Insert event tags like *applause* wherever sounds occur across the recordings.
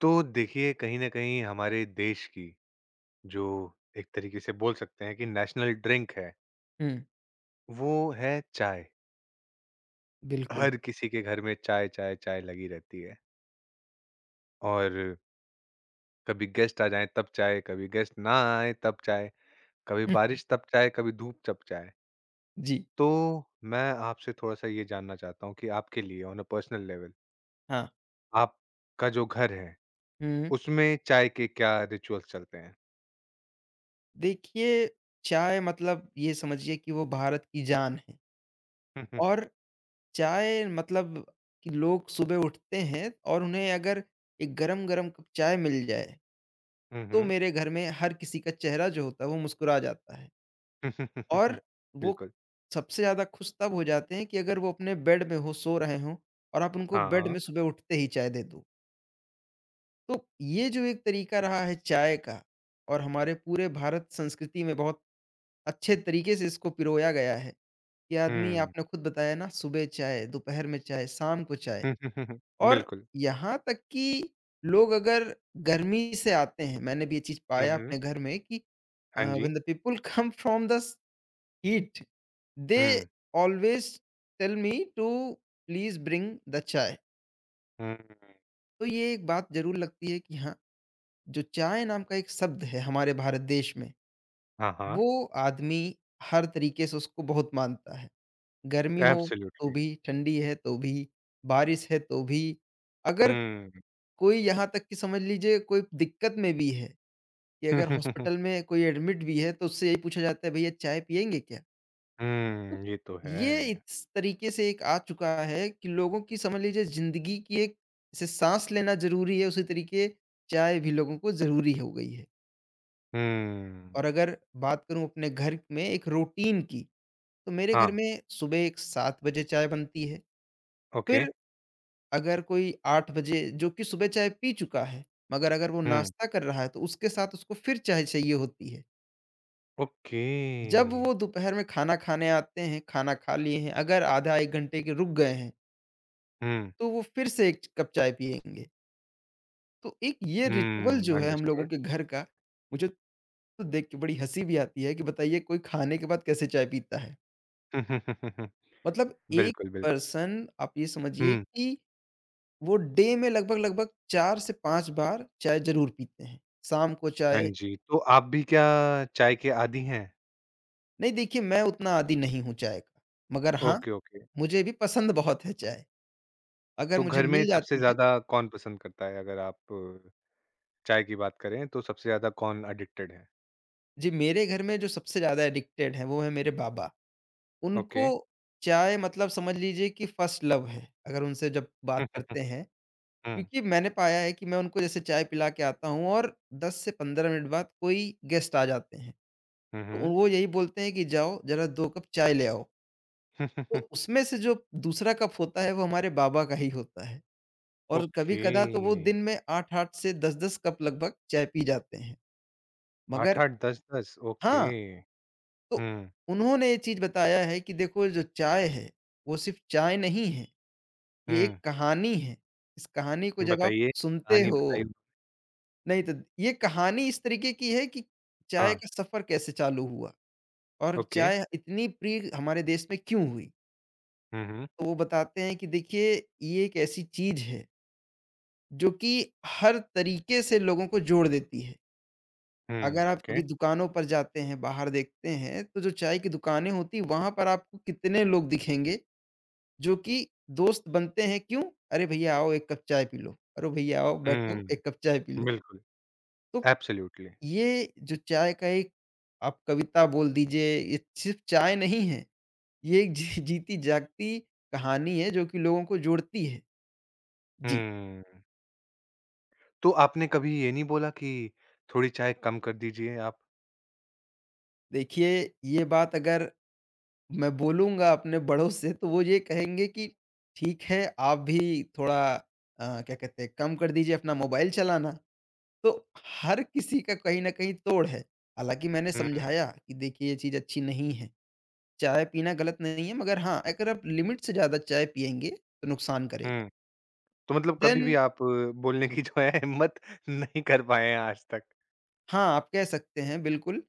तो देखिए, कहीं न कहीं हमारे देश की जो एक तरीके से बोल सकते हैं कि नेशनल ड्रिंक है, हुँ। वो है चाय। बिल्कुल। हर किसी के घर में चाय, चाय, चाय लगी रहती है और कभी गेस्ट आ जाएँ तब चाय, कभी गेस्ट ना आएँ तब चाय, कभी हुँ, बारिश तब चाय, कभी धूप तब चाय। जी, तो मैं आपसे थोड़ा-सा ये जानना चाहता हूँ कि आपके लिए ऑन अ पर्सनल लेवल हाँ। आपका जो घर है, हुँ। उसमें चाय के क्या रिचुअल्स चलते हैं? देखिए, चाय मतलब ये समझिए कि वो भारत की जान है *laughs* और चाय मतलब कि लोग सुबह उठते हैं और उन्हें अगर एक गरम-गरम कप चाय मिल जाए, हुँ, हुँ। तो हुँ, मेरे घर में हर किसी का चेहरा जो होता है, वो मुस्कुरा जाता है। हुँ। और *laughs* वो बिल्कुल। सबसे ज़्यादा खुश तब हो जाते हैं कि अगर वो अपने बेड में हो, सो रहे हों और आप उनको हाँ, बेड में हाँ। सुबह उठते ही चाय दे दो। तो ये जो एक तरीका रहा है चाय का और हमारे पूरे भारत संस्कृति में बहुत अच्छे तरीके से इसको पिरोया गया है, कि आदमी, हुँ। आपने खुद बताया ना, सुबह चाय, दोपहर में चाय, शाम को *laughs* चाय। हुँ, हुँ, हुँ, हुँ। और बिल्कुल। यहाँ तक कि लोग अगर गर्मी से आते हैं, मैंने भी ये चीज़ हुँ, पाया हुँ। अपने घर में कि हाँ जी। When the people come from the heat they hmm, always tell me to please bring the chai. हुँ। तो ये एक बात ज़रूर लगती है कि हाँ, जो चाय नाम का एक शब्द है हमारे भारत देश में, हाँ, हाँ। वो आदमी हर तरीके से उसको बहुत मानता है। गर्मी हो तो एब्सोल्युटली। भी, ठंडी है तो भी, बारिश है तो भी। अगर हुँ। कोई, यहाँ तक कि समझ लीजिए, कोई दिक्कत में भी है, कि अगर हुँ, हॉस्पिटल *laughs* में कोई एडमिट भी है, तो उससे यही पूछा जाता है, भैया चाय पिएँगे क्या? तो ये तो ये है। इस तरीके से एक आ चुका है कि लोगों की, समझ लीजिए, ज़िंदगी की एक, जैसे साँस लेना ज़रूरी है, उसी तरीके चाय भी लोगों को ज़रूरी हो गई है। हुँ। और अगर बात करूँ अपने घर में एक रूटीन की, तो मेरे घर हाँ, में सुबह एक 7 बजे चाय बनती है। ओके। फिर अगर कोई 8 बजे जो कि सुबह चाय पी चुका है, मगर अगर वो हुँ, नाश्ता कर रहा है, तो उसके साथ उसको फिर चाय चाहिए होती है। ओके। जब वो दोपहर में खाना खाने आते हैं, खाना खा लिए हैं, अगर आधा 1 घंटे के रुक गए हैं, हुँ, तो वो फिर से 1 कप चाय पिएँगे। तो एक ये रिचुअल हुँ, जो है हम लोगों अंडरस्टूड। के घर का, मुझे तो देख के बड़ी हँसी भी आती है कि बताइए कोई खाने के बाद कैसे चाय पीता है। *laughs* मतलब एक बिल्कुल, बिल्कुल। पर्सन, आप ये समझिए हुँ, कि वो डे में लगभग-लगभग 4 से 5 बार चाय ज़रूर पीते हैं। शाम को हाँ चाय। जी। तो आप भी क्या चाय के आदी हैं? नहीं, देखिए मैं उतना आदी नहीं हूँ चाय का, मगर हाँ, ओके, ओके। मुझे भी पसंद बहुत है चाय। अगर तो मुझे घर में मिल सबसे जाती है। ज़्यादा कौन पसंद करता है? अगर आप चाय की बात करें तो सबसे ज़्यादा कौन एडिक्टेड है? जी, मेरे घर में जो सबसे ज़्यादा एडिक्टेड हैं वो हैं मेरे बाबा। ओके। उनको चाय मतलब समझ लीजिए कि फर्स्ट लव है, अगर उनसे जब *laughs* हुँ, बात हुँ, हुँ। करते हैं। हुँ। क्योंकि मैंने पाया है कि मैं उनको जैसे चाय पिला के आता हूँ और 10 से 15 मिनट बाद कोई गेस्ट आ जाते हैं। हुँ, तो हुँ। वो यही बोलते हैं कि जाओ ज़रा 2 कप चाय ले आओ। तो *laughs* उसमें से जो दूसरा कप होता है वो हमारे बाबा का ही होता है, और ओके। कभी-कदा तो वो दिन में 8-8 से 10-10 कप लगभग चाय पी जाते हैं। मगर 8-8, 10-10 ओके। हाँ, तो हुँ, उन्होंने ये चीज़ बताया है कि देखो जो चाय है, वो सिर्फ़ चाय नहीं है, ये एक हुँ। कहानी है। इस कहानी को जब आप बताइए, सुनते कहानी हो, बताइए। नहीं तो ये कहानी इस तरीके की है कि चाय हाँ, का सफ़र कैसे चालू हुआ और ओके। चाय इतनी प्रिय हमारे देश में क्यों हुई? हुँ, हुँ। तो वो बताते हैं कि देखिए ये एक ऐसी चीज़ है, जो कि हर तरीके से लोगों को जोड़ देती है। हुँ, अगर आप ओके। कभी दुकानों पर जाते हैं, बाहर देखते हैं, तो जो चाय की दुकानें होती हैं, वहाँ पर आपको कितने लोग दिखेंगे, जो कि दोस्त बनते हैं, क्यों? "अरे भैया आओ, 1 कप चाय पी लो। अरे भैया आओ, बैठो, हुँ, 1 कप चाय पी लो।" बिल्कुल, तो एब्सोल्यूटली। ये जो चाय का एक, आप कविता बोल दीजिए, ये सिर्फ़ चाय नहीं है, ये एक जीती जागती कहानी है, जो कि लोगों को जोड़ती है। जी। हुँ, तो आपने कभी ये नहीं बोला कि थोड़ी चाय कम कर दीजिए आप? देखिए, ये बात अगर मैं बोलूँगा अपने बड़ों से तो वो ये कहेंगे कि ठीक है, आप भी थोड़ा क्या कहते हैं, कम कर दीजिए अपना मोबाइल चलाना। तो हर किसी का कहीं न कहीं तोड़ है। हालाँकि मैंने हुँ, समझाया कि देखिए ये चीज़ अच्छी नहीं है। चाय पीना गलत नहीं है, मगर हाँ, अगर आप लिमिट से ज़्यादा चाय पिएँगे तो नुकसान करेगा। हुँ। तो मतलब कभी भी देन आप बोलने की जो है हिम्मत *laughs* नहीं कर पाए हैं आज तक। हाँ, आप कह सकते हैं बिल्कुल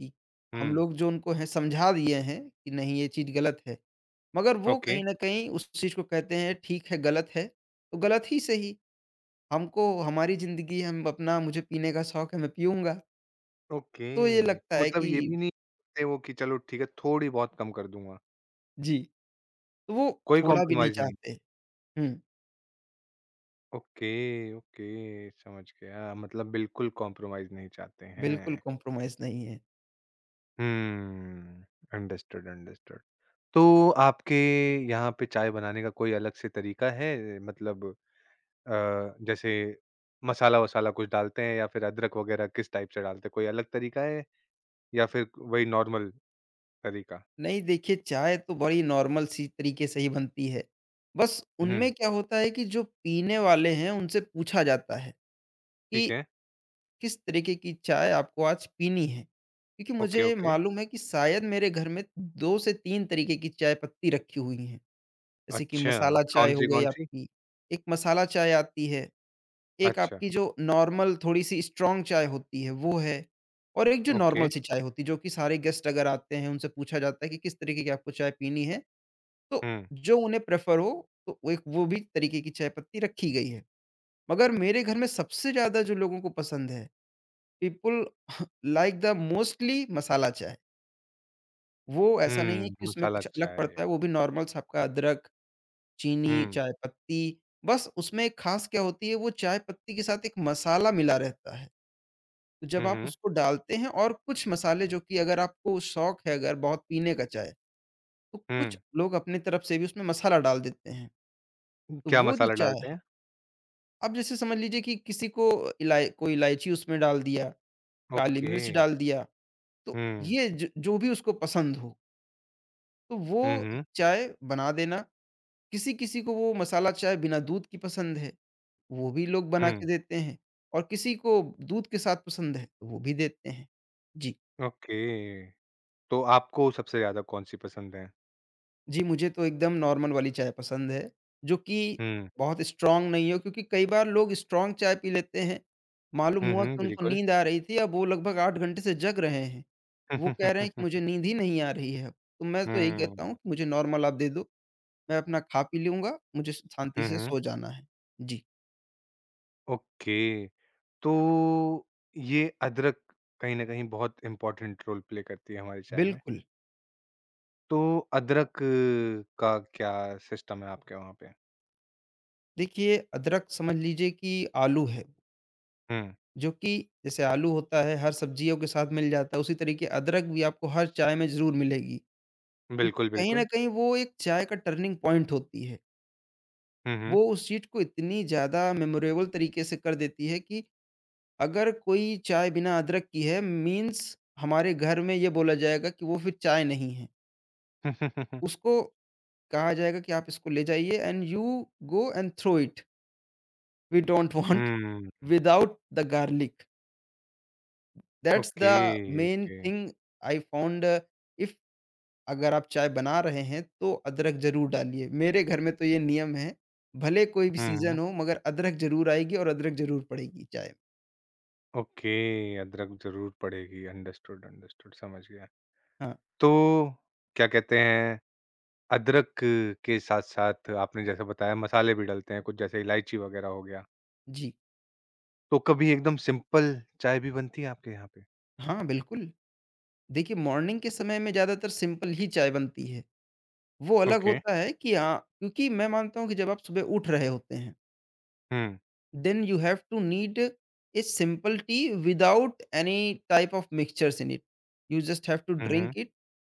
कि हम हुँ, लोग जो उनको हैं समझा दिए हैं कि नहीं ये चीज़ गलत है। मगर वो ओके। कहीं न कहीं उस चीज़ को कहते हैं, ठीक है, गलत है, तो गलत ही सही, हमको हमारी ज़िंदगी है, हम अपना, मुझे पीने का शौक है, मैं पीऊँगा। तो ये ओके, लगता तो है मतलब कि ये भी नहीं सोचते वो कि चलो ठीक है, थोड़ी बहुत कम कर दूँगा। जी, तो वो कोई थोड़ा भी नहीं कॉम्प्रोमाइज़ नहीं। चाहते। हुँ, ओके, ओके, समझ गया। मतलब बिल्कुल कॉम्प्रोमाइज़ नहीं चाहते बिल्कुल हैं। कॉम्प्रोमाइज़ नहीं है। Hmm, understood, understood. तो आपके यहाँ पे चाय बनाने का कोई अलग से तरीका है? मतलब अ, जैसे मसाला-वसाला कुछ डालते हैं या फिर अदरक वगैरह किस टाइप से डालते हैं? कोई अलग तरीका है या फिर वही नॉर्मल तरीका? नहीं, देखिए, चाय तो बड़ी नॉर्मल सी तरीके से ही बनती है। बस हुँ, उनमें क्या होता है कि जो पीने वाले हैं, उनसे पूछा जाता है कि ठीक है। किस तरीके की चाय आपको आज पीनी है? क्योंकि ओके, मुझे ओके। मालूम है कि शायद मेरे घर में 2 से 3 तरीके की चाय पत्ती रखी हुई हैं। जैसे कि अच्छा, मसाला चाय कौन हो सी, गई कौन सी? आपकी, एक मसाला चाय आती है, एक अच्छा, आपकी जो नॉर्मल थोड़ी-सी स्ट्रॉन्ग चाय होती है वो है, और एक जो नॉर्मल ओके। सी चाय होती है जो कि सारे गेस्ट अगर आते हैं उनसे पूछा जाता है कि किस तरीके की आपको चाय पीनी है, तो हुँ, जो उन्हें प्रेफ़र हो तो वो भी तरीके की चाय पत्ती रखी गई है। मगर मेरे घर में सबसे ज़्यादा जो लोगों को पसंद है, people like the mostly masala *laughs* chai. वो ऐसा नहीं है हुँ, कि उसमें मसाला कुछ अलग पड़ता चाय। है, वो भी नॉर्मल सा आपका अदरक, चीनी, हुँ। चाय पत्ती, बस उसमें एक खास क्या होती है, वो चाय पत्ती के साथ एक मसाला मिला रहता है। तो जब हुँ, आप हुँ। उसको डालते हैं, और कुछ मसाले जो कि अगर आपको शौक है, अगर बहुत पीने का चाय, तो कुछ हुँ, लोग अपनी तरफ से भी उसमें मसाला डाल देते हैं। तो क्या वो जो मसाला चाय डालते है, हैं? अब जैसे समझ लीजिए कि किसी को इलाय कोई इलायची उसमें डाल दिया, काली ओके। मिर्च डाल दिया, तो हुँ। ये ज जो भी उसको पसंद हो। तो हुँ, वो हुँ। चाय बना देना, किसी-किसी को वो मसाला चाय बिना दूध की पसंद है, वो भी लोग बना के हुँ, देते हैं, और किसी को दूध के साथ पसंद है, तो वो भी देते हैं। जी। ओके। तो आपको सबसे ज़्यादा कौन-सी पसंद है? जी, मुझे तो एकदम नॉर्मल वाली चाय पसंद है, जो कि हुँ। बहुत स्ट्रॉन्ग नहीं हो, क्योंकि कई बार लोग स्ट्रॉन्ग चाय पी लेते हैं, मालूम हुँ, हुआ हुँ, कि उनको बिल्कुल। नींद आ रही थी, अब वो लगभग 8 घंटे से जग रहे हैं। वो कह रहे हैं कि मुझे *laughs* नींद ही नहीं आ रही है अब, तो मैं तो यही कहता हूँ हुँ। कि मुझे नॉर्मल आप दे दो। मैं अपना खा पी लूँगा, मुझे शांति हुँ, से हुँ। सो जाना है। जी। ओके। तो ये अदरक कहीं न कहीं बहुत इम्पोर्टेंट रोल प्ले करती है हमारी चाय में। बिल्कुल। तो अदरक का क्या सिस्टम है आपके वहाँ पे? देखिए, अदरक समझ लीजिए कि आलू है, हुँ। जो कि जैसे आलू होता है हर सब्जियों के साथ मिल जाता है, उसी तरीके अदरक भी आपको हर चाय में ज़रूर मिलेगी। क्योंकि बिल्कुल, कहीं न बिल्कुल। कहीं वो एक चाय का टर्निंग पॉइंट होती है। हुँ, हुँ। वो उस चीज़ को इतनी ज़्यादा मेमोरेबल तरीके से कर देती है कि अगर कोई चाय बिना अदरक की है, मीन्स हमारे घर में ये बोला जाएगा कि वो फिर चाय नहीं है। हुँ। उसको कहा जाएगा कि आप इसको ले जाइए, and you go and throw it, we don't want *laughs* without the garlic. That's the okay, main okay. Thing I found if. *laughs* अगर आप चाय बना रहे हैं तो अदरक ज़रूर डालिए। मेरे घर में तो ये नियम है, भले कोई भी सीज़न हुँ। हो मगर अदरक ज़रूर आएगी और अदरक ज़रूर पड़ेगी चाय में। ओके, अदरक जरूर पड़ेगी, अंडरस्टूड, अंडरस्टूड, समझ गया। हाँ, तो क्या कहते हैं, अदरक के साथ साथ आपने जैसे बताया मसाले भी डलते हैं कुछ, जैसे इलायची वगैरह हो गया। जी। तो कभी एकदम सिंपल चाय भी बनती है आपके यहाँ पे? हाँ, बिल्कुल। देखिए, मॉर्निंग के समय में ज़्यादातर सिंपल ही चाय बनती है। वो अलग ओके। होता है कि हाँ, क्योंकि मैं मानता हूँ कि जब आप सुबह उठ रहे होते हैं हम्म। then you have to need a simple tea without any type of mixtures in it, you just have to drink hmm. it,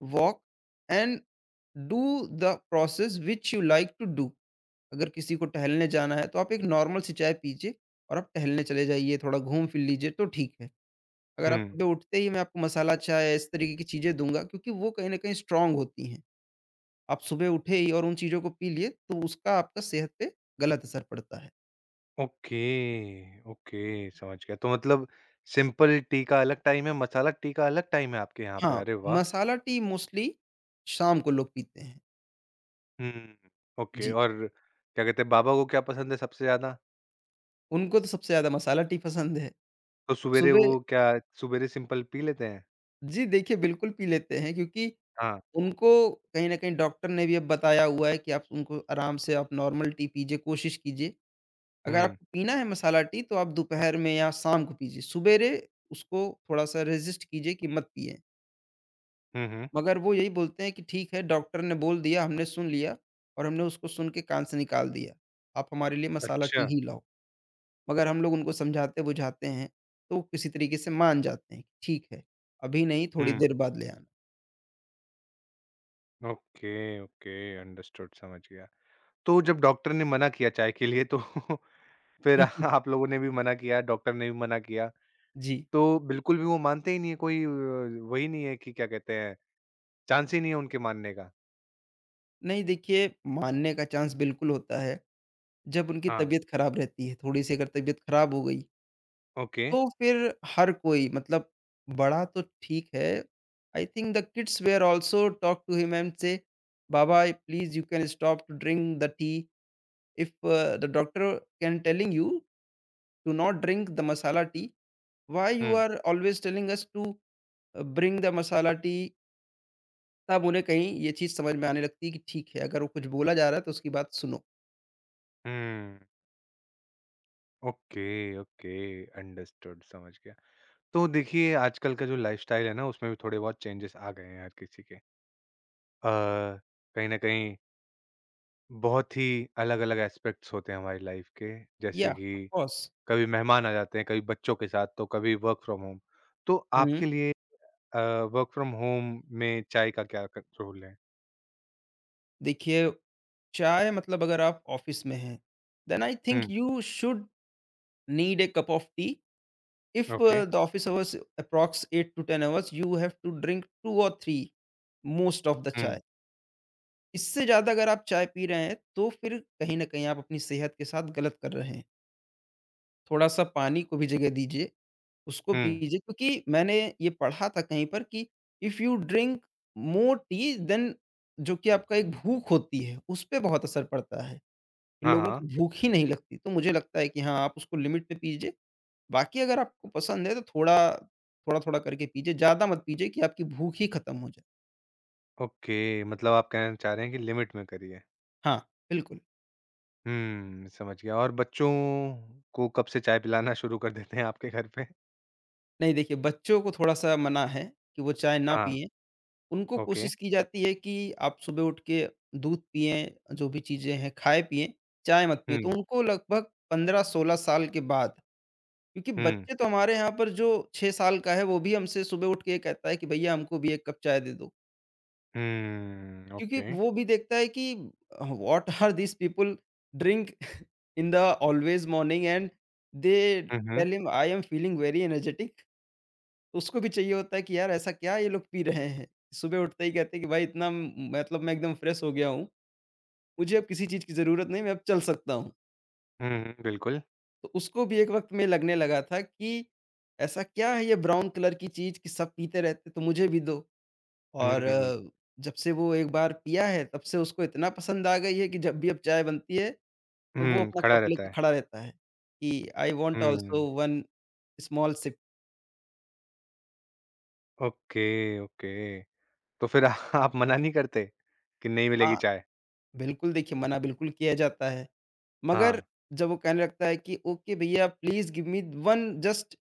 walk and do the process which you like to do. अगर किसी को टहलने जाना है तो आप एक normal सी चाय पीजिए और आप टहलने चले जाइए, थोड़ा घूम फिर लीजिए तो ठीक है। अगर आप हम्म। सुबह उठते ही, मैं आपको मसाला चाय इस तरीके की चीज़ें दूंगा, क्योंकि वो कहीं ना कहीं स्ट्रांग होती हैं। आप सुबह उठे ही और उन चीज़ों को पी लिए तो उसका आपका सेहत पे गलत असर पड़ता है। ओके, ओके, समझ गया। तो मतलब सिंपल टी का अलग टाइम है, मसाला टी का अलग टाइम है आपके यहाँ पे। हाँ, अरे वाह! मसाला टी मोस्टली शाम को लोग पीते हैं। हम्म। ओके। जी, और क्या कहते हैं, बाबा को क्या पसंद है सबसे ज्यादा? उनको तो सबसे ज़्यादा मसाला टी पसंद है। अब तो सुबेरे वो सुबह क्या सुबेरे सिंपल पी लेते हैं? जी, देखिए, बिल्कुल पी लेते हैं, क्योंकि हाँ। उनको कहीं न कहीं डॉक्टर ने भी अब बताया हुआ है कि आप उनको आराम से आप नॉर्मल टी पीजिए, कोशिश कीजिए। अगर हुँ, आपको पीना है मसाला टी तो आप दोपहर में या शाम को पीजिए। सवेरे उसको थोड़ा-सा रेज़िस्ट कीजिए कि मत पिएँ। हुँ, हुँ। मगर वो यही बोलते हैं कि ठीक है, डॉक्टर ने बोल दिया, हमने सुन लिया और हमने उसको सुन के कान से निकाल दिया। आप हमारे लिए मसाला टी अच्छा। ही लाओ। मगर हम लोग उनको समझाते-बुझाते हैं, तो वो किसी तरीके से मान जाते हैं कि ठीक है, अभी नहीं, थोड़ी हुँ, देर बाद ले आना। ओके, ओके, अंडरस्टूड, समझ गया। तो जब डॉक्टर ने मना किया चाय के लिए तो *laughs* फिर आप *laughs* लोगों ने भी मना किया, डॉक्टर ने भी मना किया, जी। तो बिल्कुल भी वो मानते ही नहीं है, कोई वही नहीं है कि क्या कहते हैं, चांस ही नहीं है उनके मानने का। नहीं, देखिए, मानने का चांस बिल्कुल होता है, जब उनकी हाँ, तबीयत खराब रहती है। थोड़ी-सी अगर तबीयत खराब हो गई, ओके। तो फिर हर कोई, मतलब, बड़ा तो ठीक है। I think the kids were also talk to him and say, Baba please you can stop to drink the tea, if the doctor can telling you to not drink the masala tea, why you hmm, are always telling us to bring the masala tea. तब उन्हें कहीं ये चीज़ समझ में आने लगती है कि ठीक है, अगर वो कुछ बोला जा रहा है तो उसकी बात सुनो। हुँ, ओके, ओके, अंडरस्टूड, समझ गया। तो देखिए आजकल का जो लाइफ़स्टाइल है ना, उसमें भी थोड़े बहुत चेंजेस आ गए हैं हर किसी के। अ, कहीं न कहीं बहुत ही अलग-अलग एस्पेक्ट्स होते हैं हमारी लाइफ़ के, या जैसे ऑफ कि कोर्स। कभी मेहमान आ जाते हैं, कभी बच्चों के साथ, तो कभी वर्क फ्रॉम होम। तो हुँ। आपके लिए अ, वर्क फ्रॉम होम में चाय का क्या क रोल है? देखिए, चाय मतलब अगर आप ऑफ़िस में हैं, then I think hmm, you should need a cup of tea. If okay. The office hours approx 8 to 10 hours, you have to drink 2 और 3 मोस्ट ऑफ द हुँ, चाय। इससे ज़्यादा अगर आप चाय पी रहे हैं तो फिर कहीं न कहीं आप अपनी सेहत के साथ गलत कर रहे हैं। थोड़ा-सा पानी को भी जगह दीजिए। उसको हुँ। पीजिए, क्योंकि मैंने ये पढ़ा था कहीं पर कि if you drink more tea then, जो कि आपका एक भूख होती है, उस पे बहुत असर पड़ता है। हाँ, लोगों को हाँ। भूख ही नहीं लगती, तो मुझे लगता है कि हाँ, आप उसको लिमिट में पीजिए। बाकी अगर आपको पसंद है तो थोड़ा, थोड़ा-थोड़ा करके पीजिए, ज़्यादा मत पीजिए कि आपकी भूख ही खत्म हो जाए। ओके, मतलब आप कहना चाह रहे हैं कि लिमिट में करिए। हाँ, बिल्कुल। हुँ, समझ गया। और बच्चों को कब से चाय पिलाना शुरू कर देते हैं आपके घर पे? नहीं देखिए, बच्चों को थोड़ा-सा मना है कि वो चाय ना हाँ, पिएँ। उनको ओके। कोशिश की जाती है कि आप सुबह उठ के दूध पिएँ, जो भी चीज़ें हैं खाएँ पिएँ, चाय मत पिएँ। तो हुँ, उनको लगभग 15-16 साल के बाद, क्योंकि हुँ, बच्चे तो हमारे यहाँ पर जो 6 साल का है वो भी हमसे सुबह उठ के ये कहता है कि भैया हमको भी 1 कप चाय दे दो। हुँ, क्योंकि ओके। वो भी देखता है कि what are these people drink in the always morning and they hmm, hmm. Tell him, I am feeling very energetic, तो उसको भी चाहिए होता है कि यार ऐसा क्या ये लोग पी रहे हैं। सुबह उठते ही कहते हैं कि भाई इतना मतलब मैं एकदम फ्रेश हो गया हूँ, मुझे अब किसी चीज़ की ज़रूरत नहीं, मैं अब चल सकता हूँ। हुँ, हुँ, बिल्कुल। तो उसको भी एक वक़्त में लगने लगा था कि ऐसा क्या है ये ब्राउन कलर की चीज़ कि सब पीते रहते, तो मुझे भी दो। और हुँ, जब से वो एक बार पिया है तब से उसको इतना पसंद आ गई है कि जब भी अब चाय बनती है, तो वो हुँ, अपना खड़ा कप रहता लेके है। खड़ा रहता है कि I want also um, one small sip. Okay, okay. तो फिर *laughs* आप मना नहीं करते कि नहीं मिलेगी हाँ, चाय? बिल्कुल देखिए, मना बिल्कुल किया जाता है। मगर हाँ। जब वो कहने लगता है कि ओके भैया please give me 1 just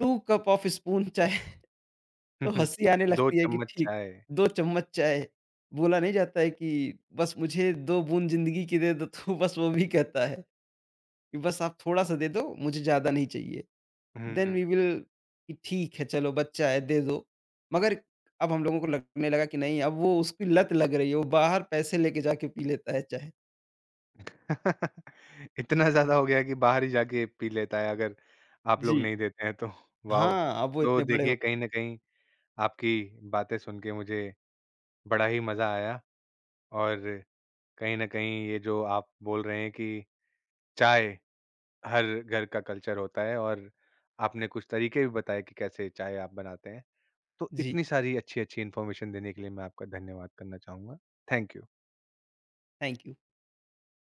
2 cup of spoon chai *laughs* तो *laughs* हँसी आने 2 लगती है कि चम्मच ठीक, चाय। 2 चम्मच चाय। बोला नहीं जाता है कि बस मुझे 2 बूँद ज़िंदगी की दे दो *laughs* तो बस वो भी कहता है कि बस आप थोड़ा-सा दे दो, मुझे ज़्यादा नहीं चाहिए। Then hmm. वी विल, कि ठीक है चलो, बच्चा है दे दो। मगर अब हम लोगों को लगने लगा कि नहीं, अब वो उसकी लत लग रही है, वो बाहर पैसे लेके जाके पी लेता है चाय। *laughs* इतना ज़्यादा हो गया कि बाहर ही जाके पी लेता है अगर आप लोग जी। नहीं देते हैं तो। वॉव! हाँ, अब वो तो इतने बड़े हो। देखिए कहीं न कहीं आपकी बातें सुन के मुझे बड़ा ही मज़ा आया और कहीं न कहीं ये जो आप बोल रहे हैं कि चाय हर घर का कल्चर होता है और आपने कुछ तरीके भी बताए कि कैसे चाय आप बनाते हैं। तो जी। इतनी सारी अच्छी-अच्छी इन्फॉर्मेशन देने के लिए मैं आपका धन्यवाद करना चाहूँगा। Thank you. Thank you.